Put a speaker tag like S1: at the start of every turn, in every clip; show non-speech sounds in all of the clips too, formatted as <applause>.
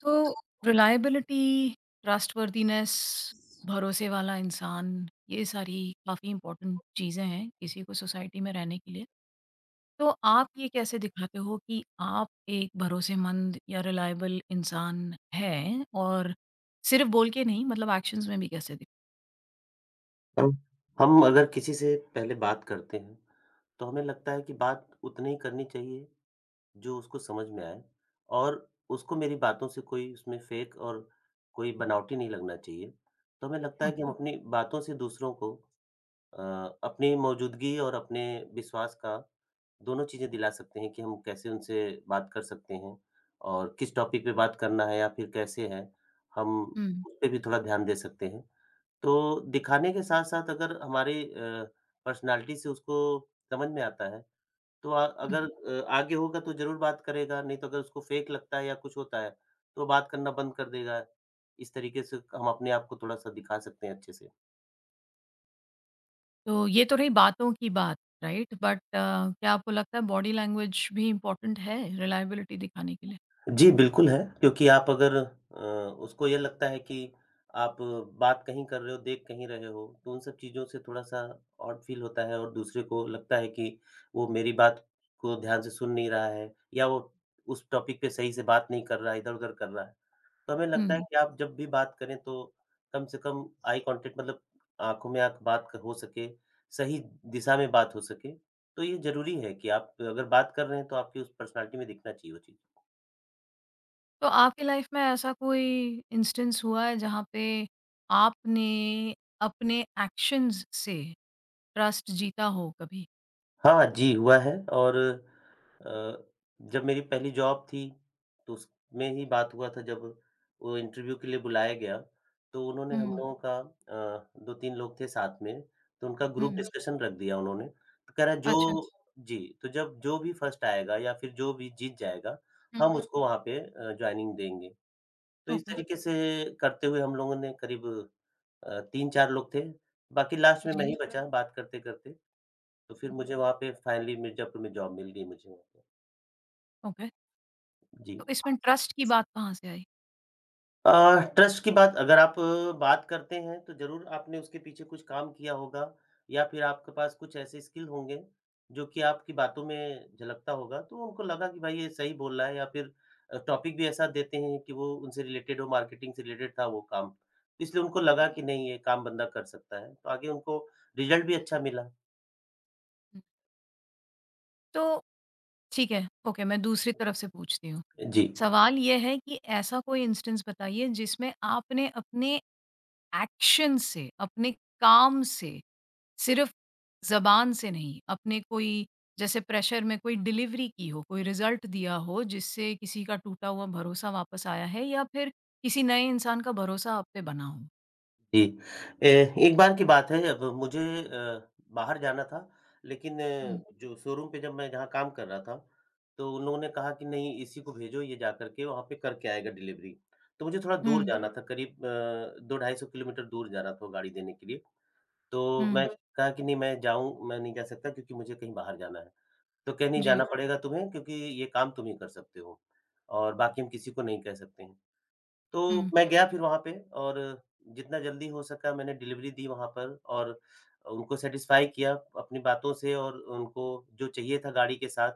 S1: तो reliability, trustworthiness, भरोसे वाला इंसान, ये सारी काफ़ी इम्पोर्टेंट चीज़ें हैं किसी को सोसाइटी में रहने के लिए। तो आप ये कैसे दिखाते हो कि आप एक भरोसेमंद या रिलायबल इंसान हैं और सिर्फ़ बोल के नहीं मतलब एक्शन्स में भी कैसे दिखते
S2: हम हम अगर किसी से पहले बात करते हैं, तो हमें लगता है कि बात उतनी ही करनी चाहिए, जो उसको समझ में आए और उसको मेरी बातों से कोई उसमें फेक और कोई बनावटी नहीं लगना चाहिए। तो हमें लगता
S1: हो?
S2: है कि हम अपनी बातों से दूसरों को अ, अपनी मौजूदगी और अपने विश्वास का दोनों चीज़ें दिला सकते हैं कि हम कैसे उनसे बात कर सकते हैं और किस टॉपिक पे बात करना है या फिर कैसे है, हम
S1: हुँ,
S2: उस पे भी थोड़ा ध्यान दे सकते हैं। तो दिखाने के साथ-साथ अगर हमारे पर्सनैलिटी से उसको समझ में आता है, तो
S1: हुँ।
S2: अगर आगे होगा तो ज़रूर बात करेगा, नहीं तो अगर उसको फेक लगता है या कुछ होता है, तो बात करना बंद कर देगा। इस तरीके से हम अपने आप को थोड़ा-सा दिखा सकते हैं अच्छे से।
S1: तो ये तो रही बातों की बात, राइट? बट क्या आपको लगता है बॉडी लैंग्वेज भी इम्पोर्टेंट है रिलायबिलिटी दिखाने के लिए?
S2: जी, बिल्कुल है, क्योंकि आप अगर उसको ये लगता है कि आप बात कहीं कर रहे हो, देख कहीं रहे हो, तो उन सब चीज़ों से थोड़ा-सा ऑड फील होता है और दूसरे को लगता है कि वो मेरी बात को ध्यान से सुन नहीं रहा है या वो उस टॉपिक पे सही से बात नहीं कर रहा है, इधर-उधर कर रहा है। तो हमें लगता है
S1: हुँ।
S2: कि आप जब भी बात करें, तो कम से कम आई कॉन्टैक्ट, मतलब आँखों में आँख बात हो सके, सही दिशा में बात हो सके, तो ये ज़रूरी है कि आप अगर बात कर रहे हैं, तो आपकी उस पर्सनैलिटी में दिखना चाहिए वो चीज़।
S1: तो आपकी लाइफ में ऐसा कोई इंस्टेंस हुआ है जहाँ पे आपने अपने एक्शंस से ट्रस्ट जीता हो कभी?
S2: हाँ, जी हुआ है, और जब मेरी पहली जॉब थी, तो उसमें ही बात हुआ था, जब वो इंटरव्यू के लिए बुलाया गया, तो उन्होंने हम
S1: हुँ,
S2: लोगों का, 2-3 लोग थे साथ में, तो उनका ग्रुप
S1: हुँ।
S2: डिस्कशन रख दिया उन्होंने। तो कह रहा है जो
S1: अच्छा।
S2: अच्छा। जी, तो जब जो भी फर्स्ट आएगा या फिर जो भी जीत जाएगा,
S1: हुँ।
S2: हम हुँ। उसको वहाँ पे जॉइनिंग देंगे। तो इस
S1: ओके,
S2: तरीके से करते हुए हम लोगों ने, करीब 3-4 लोग थे, बाकी लास्ट में मैं ही
S1: जी।
S2: अच्छा। बचा बात करते-करते। तो फिर
S1: हुँ।
S2: मुझे वहाँ पे फाइनली मिर्ज़ापुर में जॉब मिल गई, मुझे वहाँ पे।
S1: ओके,
S2: जी।
S1: तो इसमें ट्रस्ट की बात कहाँ से आई?
S2: अ, ट्रस्ट की बात अगर आप बात करते हैं, तो ज़रूर आपने उसके पीछे कुछ काम किया होगा या फिर आपके पास कुछ ऐसे स्किल होंगे, जो कि आपकी बातों में झलकता होगा, तो उनको लगा कि भाई ये सही बोल रहा है, या फिर टॉपिक भी ऐसा देते हैं कि वो उनसे रिलेटेड हो, मार्केटिंग से रिलेटेड था वो काम। इसलिए उनको लगा कि नहीं, ये काम बंदा कर सकता है, तो आगे उनको रिज़ल्ट भी अच्छा मिला।
S1: हुँ। तो ठीक है, ओके मैं दूसरी तरफ से पूछती हूँ।
S2: जी।
S1: सवाल ये है कि ऐसा कोई इंस्टेंस बताइए जिसमें आपने अपने एक्शन से, अपने काम से सिर्फ़ ज़बान से नहीं, अपने कोई जैसे प्रेशर में कोई डिलीवरी की हो, कोई रिज़ल्ट दिया हो जिससे किसी का टूटा हुआ भरोसा वापस आया है या फिर किसी नए इंसान का भरोसा आप पे बना हो।
S2: जी। एक बार की बात है, अब मुझे अ, बाहर जाना था, लेकिन
S1: हुँ।
S2: जो शोरूम पे जब मैं जहाँ काम कर रहा था, तो उन लोगों ने कहा कि नहीं, इसी को भेजो, ये जा कर के वहाँ पे करके आएगा डिलीवरी। तो मुझे थोड़ा दूर
S1: हुँ,
S2: जाना था, करीब 2 250 किलोमीटर दूर जाना था वो गाड़ी देने के लिए। तो मैं
S1: हुँ।
S2: कहा कि नहीं, मैं जाऊँ, मैं नहीं जा सकता, क्योंकि मुझे कहीं बाहर जाना है। तो कहे, नहीं
S1: जी।
S2: जाना पड़ेगा तुम्हें, क्योंकि ये काम तुम ही कर सकते हो और बाकी हम किसी को नहीं कह सकते हैं। तो
S1: हुँ,
S2: मैं गया फिर वहाँ पे, और जितना जल्दी हो सका मैंने डिलीवरी दी वहाँ पर, और उनको सैटिस्फाई किया अपनी बातों से और उनको जो चाहिए था गाड़ी के साथ।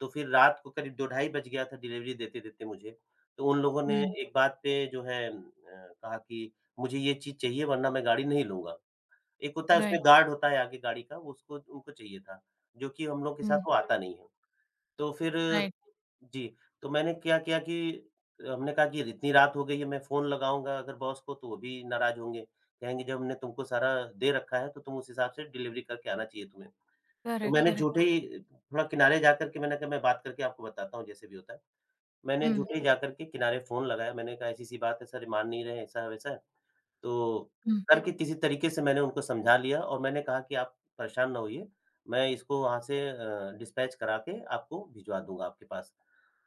S2: तो फिर रात को करीब 2 ढाई बज गया था डिलीवरी देते-देते मुझे। तो उन लोगों ने
S1: हुँ।
S2: एक बात पे जो है, कहा कि मुझे ये चीज़ चाहिए, वरना मैं गाड़ी नहीं लूँगा। एक होता है उसमें
S1: राइट।
S2: गार्ड, होता है आगे गाड़ी का, वो उसको, उनको चाहिए था, जो कि हम लोग के साथ
S1: हुँ।
S2: वो आता नहीं है। तो फिर
S1: राइट।
S2: जी, तो मैंने क्या किया कि हमने कहा कि इतनी रात हो गई है, मैं फ़ोन लगाऊँगा अगर बॉस को तो वो भी नाराज़ होंगे। कहेंगे जब हमने तुमको सारा दे रखा है, तो तुम उस हिसाब से डिलीवरी करके आना चाहिए तुम्हें। तो
S1: करेक्ट,
S2: मैंने
S1: करेक्ट।
S2: झूठे हाँ ही थोड़ा किनारे जाकर के मैंने कहा, मैं बात करके आपको बताता हूँ जैसे भी होता है। मैंने
S1: हुँ,
S2: झूठे ही जाकर के किनारे फ़ोन लगाया, मैंने कहा, ऐसी-ऐसी बात है सर, ये मान नहीं रहे ऐसा-वैसा। तो
S1: हुँ,
S2: करके किसी तरीके से मैंने उनको समझा लिया, और मैंने कहा कि आप परेशान ना होइए, मैं इसको वहाँ से डिस्पैच करा के आपको भिजवा दूँगा आपके पास।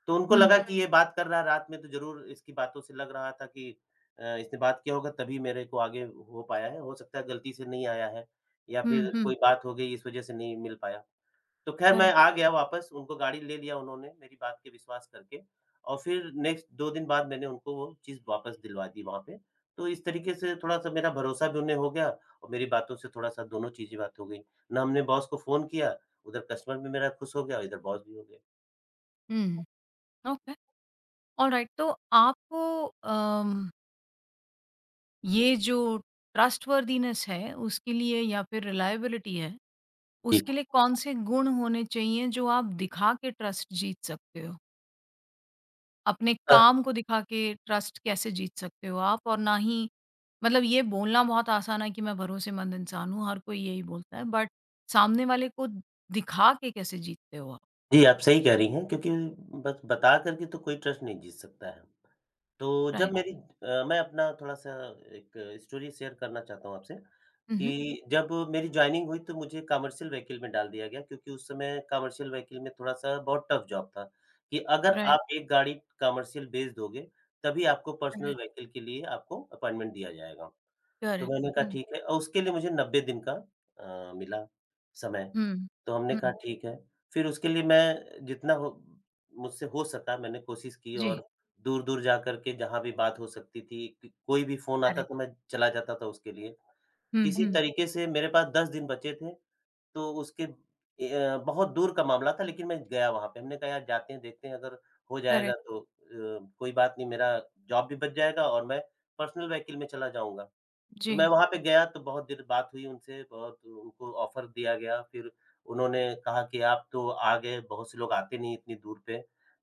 S2: तो उनको
S1: हुँ,
S2: लगा कि हुँ। ये बात कर रहा है रात में, तो ज़रूर इसकी बातों से लग रहा था कि इसने बात किया होगा, तभी मेरे को आगे हो पाया है। हो सकता है गलती से नहीं आया है या
S1: हुँ,
S2: फिर
S1: हुँ,
S2: कोई बात हो गई, इस वज़ह से नहीं मिल पाया। तो ख़ैर मैं
S1: करेक्ट।
S2: आ गया वापस, उनको गाड़ी ले लिया उन्होंने मेरी बात पे विश्वास करके, और फिर नेक्स्ट 2 दिन बाद मैंने उनको वो चीज़ वापस दिलवा दी वहाँ पे। तो इस तरीके से थोड़ा-सा मेरा भरोसा भी उन्हें हो गया, और मेरी बातों से थोड़ा-सा दोनों चीज़ें बात हो गई। ना हमने बॉस को फ़ोन किया, उधर कस्टमर भी मेरा खुश हो गया और इधर बॉस भी हो गए।
S1: हुँ, ओके, ऑलराइट। तो आपको अम, ये जो ट्रस्टवर्दीनेस है उसके लिए या फिर रिलायबिलिटी है
S2: जी।
S1: उसके लिए कौन-से गुण होने चाहिए जो आप दिखा के ट्रस्ट जीत सकते हो? अपने काम को दिखा के ट्रस्ट कैसे जीत सकते हो आप? और ना ही मतलब ये बोलना बहुत आसान है कि मैं भरोसेमंद इंसान हूँ, हर कोई यही बोलता है, बट सामने वाले को दिखा के कैसे जीतते हो आप?
S2: जी, आप सही कह रही हैं, क्योंकि बस बता कर के तो कोई ट्रस्ट नहीं जीत सकता है। तो जब
S1: राइट।
S2: मेरी मैं अपना थोड़ा-सा एक स्टोरी शेयर करना चाहता हूँ आपसे,
S1: हुँ, हुँ।
S2: कि जब मेरी जॉइनिंग हुई, तो मुझे कमर्शियल व्हीकल में डाल दिया गया, क्योंकि उस समय कमर्शियल व्हीकल में थोड़ा-सा बहुत टफ जॉब था, कि अगर
S1: राइट,
S2: आप एक गाड़ी कमर्शियल बेच दोगे, तभी आपको पर्सनल
S1: करेक्ट,
S2: व्हीकल के लिए आपको अपॉइंटमेंट दिया जाएगा। तो
S1: करेक्ट।
S2: मैंने कहा
S1: हुँ,
S2: ठीक है, और उसके लिए मुझे 90 दिन का मिला समय।
S1: हुँ,
S2: तो हमने कहा
S1: हुँ।
S2: ठीक है, फिर उसके लिए मैं जितना हो मुझसे हो सका मैंने कोशिश की,
S1: जी,
S2: और दूर-दूर जा कर के जहाँ भी बात हो सकती थी, क कोई भी फ़ोन आता तो
S1: करेक्ट।
S2: मैं चला जाता था उसके लिए।
S1: हुँ,
S2: किसी
S1: हुँ,
S2: तरीके से मेरे पास 10 दिन बचे थे, तो उसके बहुत दूर का मामला था, लेकिन मैं गया वहाँ पे। हमने कहा यार जाते हैं, देखते हैं, अगर हो जाएगा
S1: करेक्ट।
S2: तो कोई बात नहीं, मेरा जॉब भी बच जाएगा और मैं पर्सनल व्हीकल में चला जाऊँगा। तो मैं
S1: जी।
S2: वहाँ पे गया तो बहुत देर बात हुई उनसे, बहुत उनको ऑफ़र दिया गया, फिर उन्होंने कहा कि आप तो आ गए, बहुत से लोग आते नहीं इतनी दूर पे।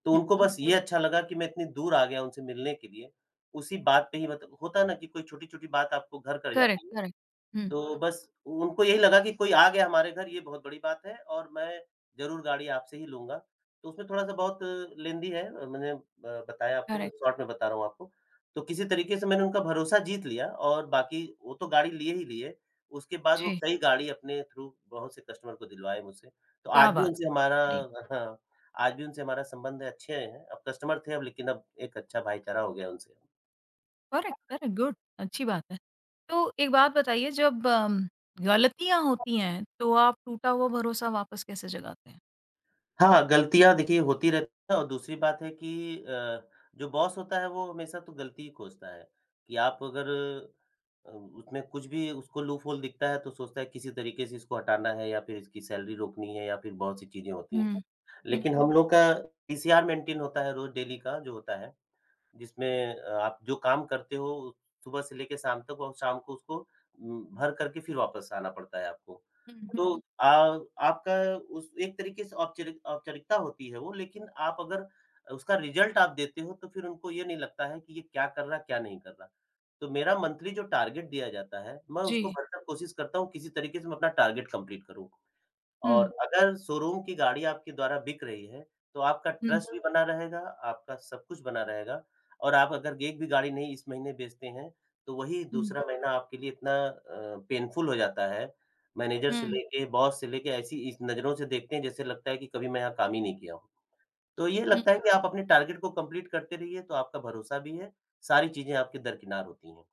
S2: तो
S1: हुँ,
S2: उनको
S1: हुँ।
S2: बस ये हुँ। अच्छा लगा कि मैं इतनी दूर आ गया उनसे मिलने के लिए, उसी बात पे ही मतलब होता है ना, कि कोई छोटी-छोटी बात आपको घर कर
S1: करेक्ट,
S2: जाती है।
S1: करेक्ट। हुँ,
S2: तो बस उनको यही लगा कि कोई आ गया हमारे घर, ये बहुत बड़ी बात है, और मैं ज़रूर गाड़ी आपसे ही लूँगा। तो उसमें थोड़ा-सा बहुत लेंदी है, मैंने ब बताया आपको,
S1: करेक्ट।
S2: शॉर्ट में बता रहा हूँ आपको। तो किसी तरीके से मैंने उनका भरोसा जीत लिया, और बाकी वो तो गाड़ी लिए ही लिए, उसके बाद वो
S1: जी,
S2: कई गाड़ी अपने थ्रू बहुत से कस्टमर को दिलवाए मुझसे। तो आज
S1: क्या
S2: भी
S1: बात
S2: उनसे
S1: है!
S2: हमारा,
S1: अरे!
S2: हाँ, आज भी उनसे हमारा संबंध है, अच्छे हैं। अब कस्टमर थे अब, लेकिन अब एक अच्छा भाईचारा हो गया उनसे।
S1: करेक्ट, करेक्ट, गुड अच्छी बात है। तो एक बात बताइए जब गलतियाँ होती हैं तो आप टूटा हुआ भरोसा वापस कैसे जगाते हैं?
S2: हाँ, गलतियाँ देखिए होती रहती हैं, और दूसरी बात है कि अ, जो बॉस होता है वो हमेशा तो गलती ही खोजता है, कि आप अगर उसमें कुछ भी उसको लूपहोल दिखता है, तो सोचता है किसी तरीके से इसको हटाना है, या फिर इसकी सैलरी रोकनी है, या फिर बहुत सी चीज़ें होती हैं।
S1: हुँ, हुँ,
S2: लेकिन हम लोग का पीसीआर मेंटेन होता है रोज़ डेली का जो होता है, जिसमें आप जो काम करते हो, सुबह से लेके शाम तक, और शाम को उसको भर करके फिर वापस आना पड़ता है आपको।
S1: हुँ, हुँ।
S2: तो आपका उस एक तरीके से औपचारिक औपचारिकता होती है वो, लेकिन आप अगर उसका रिज़ल्ट आप देते हो, तो फिर उनको ये नहीं लगता है कि ये क्या कर रहा है, क्या नहीं कर रहा। तो मेरा मंथली जो टारगेट दिया जाता है, मैं
S1: जी।
S2: उसको भरकर कोशिश करता हूँ किसी तरीके से मैं अपना टारगेट कंप्लीट करूँ। और
S1: हुँ।
S2: अगर शोरूम की गाड़ी आपके द्वारा बिक रही है, तो आपका
S1: हुँ,
S2: ट्रस्ट भी हुँ। बना रहेगा, आपका सब कुछ बना रहेगा, और आप अगर एक भी गाड़ी नहीं इस महीने बेचते हैं, तो वही
S1: हुँ,
S2: दूसरा महीना आपके लिए इतना पेनफुल हो जाता है, मैनेजर से
S1: हुँ,
S2: लेके, बॉस से लेके ऐसी इस नज़रों से देखते हैं, जैसे लगता है कि कभी मैं यहाँ काम ही नहीं किया हूँ। तो ये
S1: हुँ।
S2: लगता है कि आप अपने टारगेट को कंप्लीट करते रहिए, तो आपका भरोसा भी है, सारी चीज़ें आपके दरकिनार होती हैं।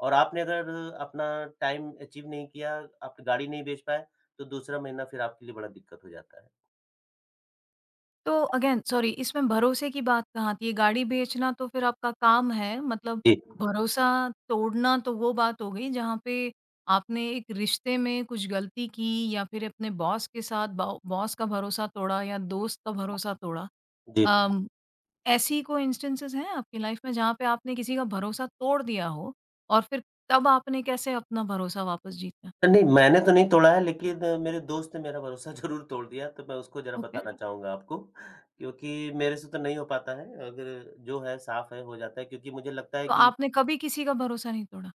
S2: और आपने अगर अपना टाइम अचीव नहीं किया, आप गाड़ी नहीं बेच पाए, तो दूसरा महीना फिर आपके लिए बड़ा दिक्कत हो जाता है।
S1: तो अगेन सॉरी इसमें भरोसे की बात कहाँ आती है? गाड़ी बेचना तो फिर आपका काम है मतलब
S2: जी,
S1: भरोसा तोड़ना तो वो बात हो गई जहाँ पे आपने एक रिश्ते में कुछ गलती की या फिर अपने बॉस के साथ बॉ बॉस का भरोसा तोड़ा या दोस्त का भरोसा तोड़ा।
S2: जी।
S1: अम ऐसी कोई इंस्टेंसेस हैं आपकी लाइफ में जहाँ पे आपने किसी का भरोसा तोड़ दिया हो और फिर तब आपने कैसे अपना भरोसा वापस जीता?
S2: नहीं, मैंने तो नहीं तोड़ा है, लेकिन मेरे दोस्त ने मेरा भरोसा <laughs> ज़रूर तोड़ दिया, तो मैं उसको ज़रा
S1: ओके,
S2: बताना चाहूँगा आपको। क्योंकि मेरे से तो नहीं हो पाता है, अगर जो है साफ़ है, हो जाता है, क्योंकि मुझे लगता है
S1: तो
S2: कि
S1: आपने कभी किसी का भरोसा नहीं तोड़ा?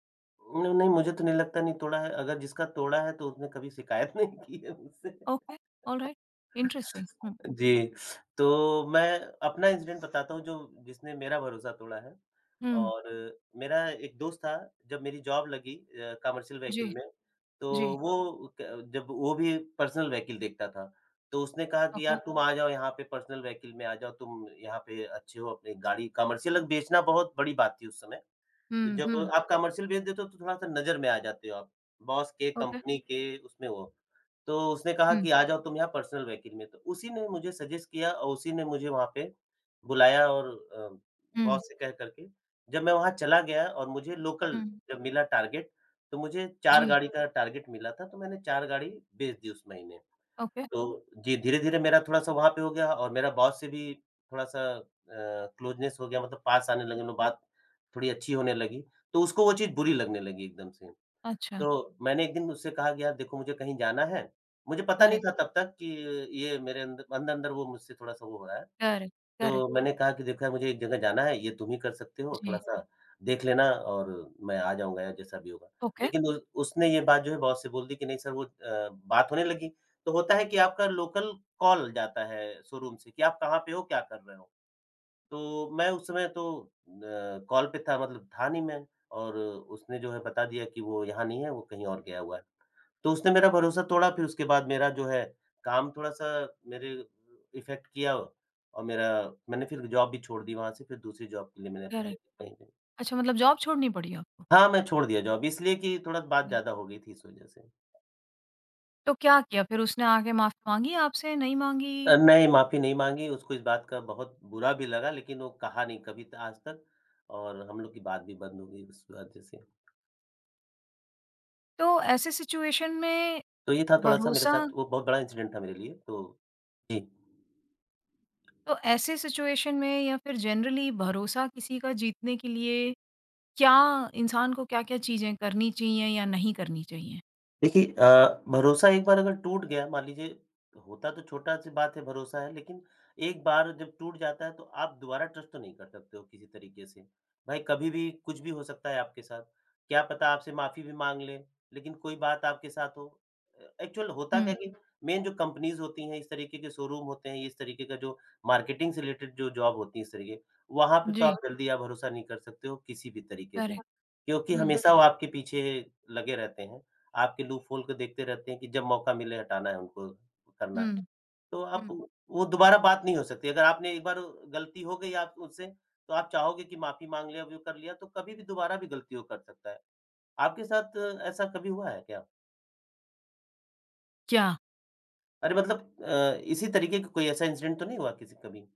S2: नहीं, नहीं, मुझे तो नहीं लगता, नहीं तोड़ा है। अगर जिसका तोड़ा है, तो उसने कभी शिकायत <laughs> नहीं की है मुझसे।
S1: Okay, alright, interesting. हुँ,
S2: जी। तो मैं अपना इंसिडेंट बताता हूँ, जो जिसने मेरा भरोसा तोड़ा है।
S1: हुँ,
S2: और मेरा एक दोस्त था, जब मेरी जॉब लगी कमर्शियल
S1: जी,
S2: व्हीकल में। तो
S1: जी,
S2: वो क जब वो भी पर्सनल व्हीकल देखता था, तो उसने कहा कि
S1: ओके,
S2: यार तुम आ जाओ, यहाँ पे पर्सनल व्हीकल में आ जाओ, तुम यहाँ पे अच्छे हो। अपनी गाड़ी कमर्शियल बेचना बहुत बड़ी बात थी उस समय। तो
S1: हुँ, हुँ,
S2: जब आप कमर्शियल बेच देते हो, तो थोड़ा-सा नज़र में आ जाते हो आप, बॉस के,
S1: ओके,
S2: कंपनी के, उसमें वो। तो उसने कहा
S1: हुँ,
S2: कि आ जाओ तुम यहाँ पर्सनल व्हीकल में, तो उसी ने मुझे सजेस्ट किया और उसी ने मुझे वहाँ पे बुलाया, और अ,
S1: हुँ,
S2: बॉस से कह कर के जब मैं वहाँ चला गया और मुझे लोकल
S1: हुँ,
S2: जब मिला टारगेट, तो मुझे 4
S1: जी,
S2: गाड़ी का टारगेट मिला था, तो मैंने 4 गाड़ी बेच दी उस महीने।
S1: ओके,
S2: तो जी, धीरे-धीरे मेरा थोड़ा-सा वहाँ पे हो गया और मेरा बॉस से भी थोड़ा-सा क्लोज़नेस हो गया, मतलब पास आने लगे हम लोग, बात थोड़ी अच्छी होने लगी, तो उसको वो चीज़ बुरी लगने लगी एकदम से।
S1: अच्छा,
S2: तो मैंने एक दिन उससे कहा कि यार देखो, मुझे कहीं जाना है। मुझे पता नहीं
S1: करेक्ट,
S2: था तब तक कि ये मेरे अंदर-अंदर वो मुझसे थोड़ा-सा वो हो रहा है।
S1: करेक्ट, करेक्ट,
S2: तो मैंने कहा कि देखो यार, मुझे एक जगह जाना है, ये तुम ही कर सकते हो,
S1: जी,
S2: थोड़ा-सा देख लेना और मैं आ जाऊँगा या जैसा भी होगा।
S1: ओके,
S2: लेकिन उ उसने ये बात जो है बॉस से बोल दी कि नहीं सर वो बात होने लगी। तो होता है कि आपका लोकल कॉल जाता है शोरूम से कि आप कहाँ पे हो, क्या कर रहे हो? तो मैं उस समय तो कॉल पे था, मतलब था नहीं मैं, और उसने जो है बता दिया कि वो यहाँ नहीं है, वो कहीं और गया हुआ है। तो उसने मेरा भरोसा तोड़ा। फिर उसके बाद मेरा जो है काम थोड़ा-सा मेरे इफ़ेक्ट किया, और मेरा, मैंने फिर जॉब भी छोड़ दी वहाँ से, फिर दूसरी जॉब के लिए मैंने अप्लाई
S1: करेक्ट।
S2: किया कहीं पे।
S1: अच्छा मतलब जॉब छोड़नी पड़ी आपको?
S2: हाँ, मैं छोड़ दिया जॉब, इसलिए कि थोड़ा बात
S1: अ,
S2: ज़्यादा हो गई थी इस वज़ह से।
S1: तो क्या किया फिर उसने आके माफ़ी माँगी आपसे, नहीं माँगी?
S2: नहीं, माफ़ी नहीं माँगी। उसको इस बात का बहुत बुरा भी लगा, लेकिन वो कहा नहीं कभी त आज तक। और हम लोग की बात भी बंद हो गई उस वज़ह से।
S1: तो ऐसे सिचुएशन में
S2: तो ये था थोड़ा-सा मेरे
S1: भरोसा
S2: साथ, वो बहुत बड़ा इंसिडेंट था मेरे लिए। तो जी।
S1: तो ऐसे सिचुएशन में या फिर जनरली भरोसा किसी का जीतने के लिए क्या इंसान को क्या-क्या चीज़ें करनी चाहिए या नहीं करनी चाहिए?
S2: देखिए भरोसा एक बार अगर टूट गया, मान लीजिए, होता तो छोटा-सी बात है भरोसा, है, लेकिन एक बार जब टूट जाता है, तो आप दोबारा ट्रस्ट तो नहीं कर सकते हो किसी तरीके से। भाई, कभी भी कुछ भी हो सकता है आपके साथ। क्या पता, आपसे माफ़ी भी माँग ले, लेकिन कोई बात आपके साथ हो। एक्चुअल होता क्या
S1: हुँ।
S2: है कि मेन जो कंपनीज़ होती हैं, इस तरीके के शोरूम होते हैं, इस तरीके का जो मार्केटिंग से रिलेटेड जो जॉब होती है इस तरीके, वहाँ पे तो हुँ।
S1: जी,
S2: आप जल्दी या भरोसा नहीं कर सकते हो किसी भी तरीके से। हुँ।
S1: करेक्ट।
S2: क्योंकि हुँ।
S1: हुँ,
S2: हमेशा वो आपके पीछे लगे रहते हैं। आपके लूपहोल को देखते रहते हैं कि जब मौका मिले, हटाना है उनको, करना है।
S1: हुँ,
S2: तो आप
S1: हुँ।
S2: वो दोबारा बात नहीं हो सकती। अगर आपने एक बार गलती हो गई आप उससे, तो आप चाहोगे कि माफ़ी माँग लें, अब वो कर लिया, तो कभी भी दोबारा भी गलती वो कर सकता है। आपके साथ ऐसा कभी हुआ है क्या?
S1: क्या
S2: अरे मतलब इसी तरीके का कोई ऐसा इंसिडेंट तो नहीं हुआ किसी कभी?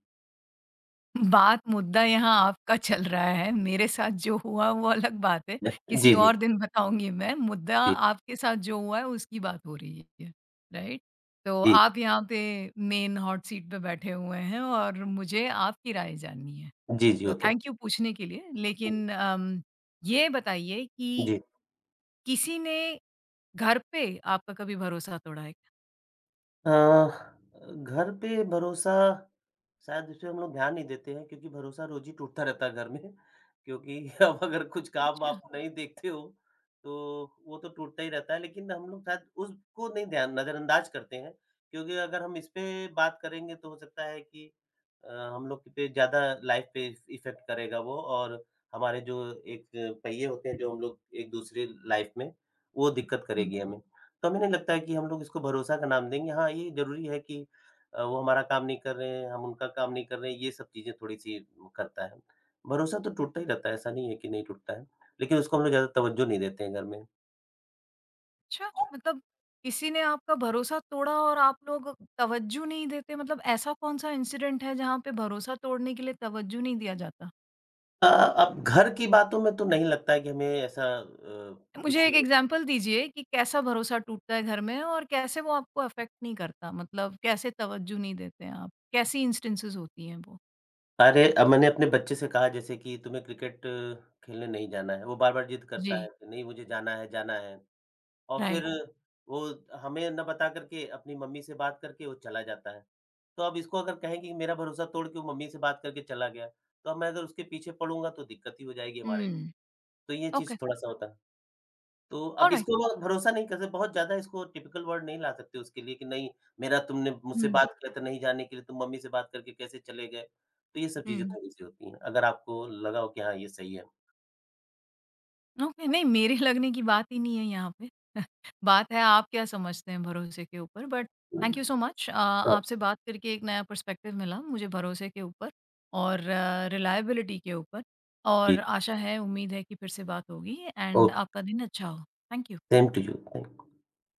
S1: बात मुद्दा यहाँ आपका चल रहा है, मेरे साथ जो हुआ वो अलग बात है,
S2: <laughs> जी,
S1: किसी
S2: जी,
S1: और दिन बताऊँगी मैं, मुद्दा
S2: जी,
S1: आपके साथ जो हुआ है उसकी बात हो रही है, राइट? तो
S2: जी,
S1: आप यहाँ पे मेन हॉट सीट पे बैठे हुए हैं और मुझे आपकी राय जाननी है।
S2: जी, जी,
S1: तो
S2: ओके।
S1: थैंक यू पूछने के लिए। लेकिन ये बताइए कि
S2: जी।
S1: किसी ने घर पे आपका कभी भरोसा तोड़ा है?
S2: अ, घर पे भरोसा शायद उस पे हम लोग ध्यान नहीं देते हैं, क्योंकि भरोसा रोज़ ही टूटता रहता है घर में, क्योंकि <laughs> अब अगर कुछ काम
S1: अच्छा।
S2: आप नहीं देखते हो, तो वो तो टूटता ही रहता है। लेकिन हम लोग शायद उसको नहीं ध्यान, नज़रअंदाज करते हैं, क्योंकि अगर हम इस पे बात करेंगे, तो हो सकता है कि हम लोग पे ज़्यादा, लाइफ पे इफ़ेक्ट करेगा वो, और हमारे जो एक पहिये होते हैं, जो हम लोग एक-दूसरे लाइफ में, वो दिक्कत
S1: हुँ,
S2: करेगी हमें। तो हमें नहीं लगता है कि हम लोग इसको भरोसा का नाम देंगे। हाँ, ये ज़रूरी है कि वो हमारा काम नहीं कर रहे हैं, हम उनका काम नहीं कर रहे हैं, ये सब चीज़ें थोड़ी-सी करता है। भरोसा तो टूटता ही रहता है, ऐसा नहीं है कि नहीं टूटता है, लेकिन उसको हम लोग ज़्यादा तवज्जो नहीं देते हैं घर में।
S1: अच्छा मतलब किसी ने आपका भरोसा तोड़ा और आप लोग तवज्जो नहीं देते मतलब ऐसा कौन-सा इंसिडेंट है जहाँ पे भरोसा तोड़ने के लिए तवज्जो नहीं दिया जाता?
S2: अब घर की बातों में तो नहीं लगता है कि हमें ऐसा कुछ।
S1: मुझे एक एग्ज़ाम्पल दीजिए कि कैसा भरोसा टूटता है घर में और कैसे वो आपको अफ़ेक्ट नहीं करता? मतलब कैसे तवज्जो नहीं देते हैं आप? कैसी इंस्टेंसेस होती हैं वो?
S2: अरे! अब मैंने अपने बच्चे से कहा जैसे कि तुम्हें क्रिकेट खेलने नहीं जाना है, वो बार-बार जिद करता है
S1: जी,
S2: कि नहीं, मुझे जाना है, जाना है, और
S1: राइट।
S2: फिर वो हमें ना बता कर के अपनी मम्मी से बात करके वो चला जाता है। तो अब इसको अगर कहें कि मेरा भरोसा तोड़ के वो मम्मी से बात करके चला गया, तो अब मैं अगर उसके पीछे पड़ूँगा, तो दिक्कत ही हो जाएगी हमारे लिए,
S1: हुँ,
S2: तो ये
S1: ओके
S2: चीज़ थोड़ा-सा होता है। तो अब
S1: ऑलराइट।
S2: इसको ना भरोसा नहीं कर सकते, बहुत ज़्यादा इसको टिपिकल वर्ड नहीं ला सकते उसके लिए कि नहीं, मेरा तुमने मुझसे
S1: हुँ।
S2: बात किया था नहीं जाने के लिए, तुम मम्मी से बात करके कैसे चले गए? तो ये सब चीज़ें
S1: हुँ।
S2: थोड़ी-सी होती हैं, अगर आपको लगा हो कि हाँ, ये सही है।
S1: ओके, नहीं मेरे लगने की बात ही नहीं है यहाँ पे। <laughs> बात है आप क्या समझते हैं भरोसे के ऊपर but thank you so much आपसे बात करके एक नया पर्सपेक्टिव मिला मुझे भरोसे के ऊपर और रिलायबिलिटी के ऊपर और
S2: जी,
S1: आशा है, उम्मीद है कि फिर से बात होगी एंड
S2: ओके।
S1: आपका दिन अच्छा हो। Thank you.
S2: Same to you, thank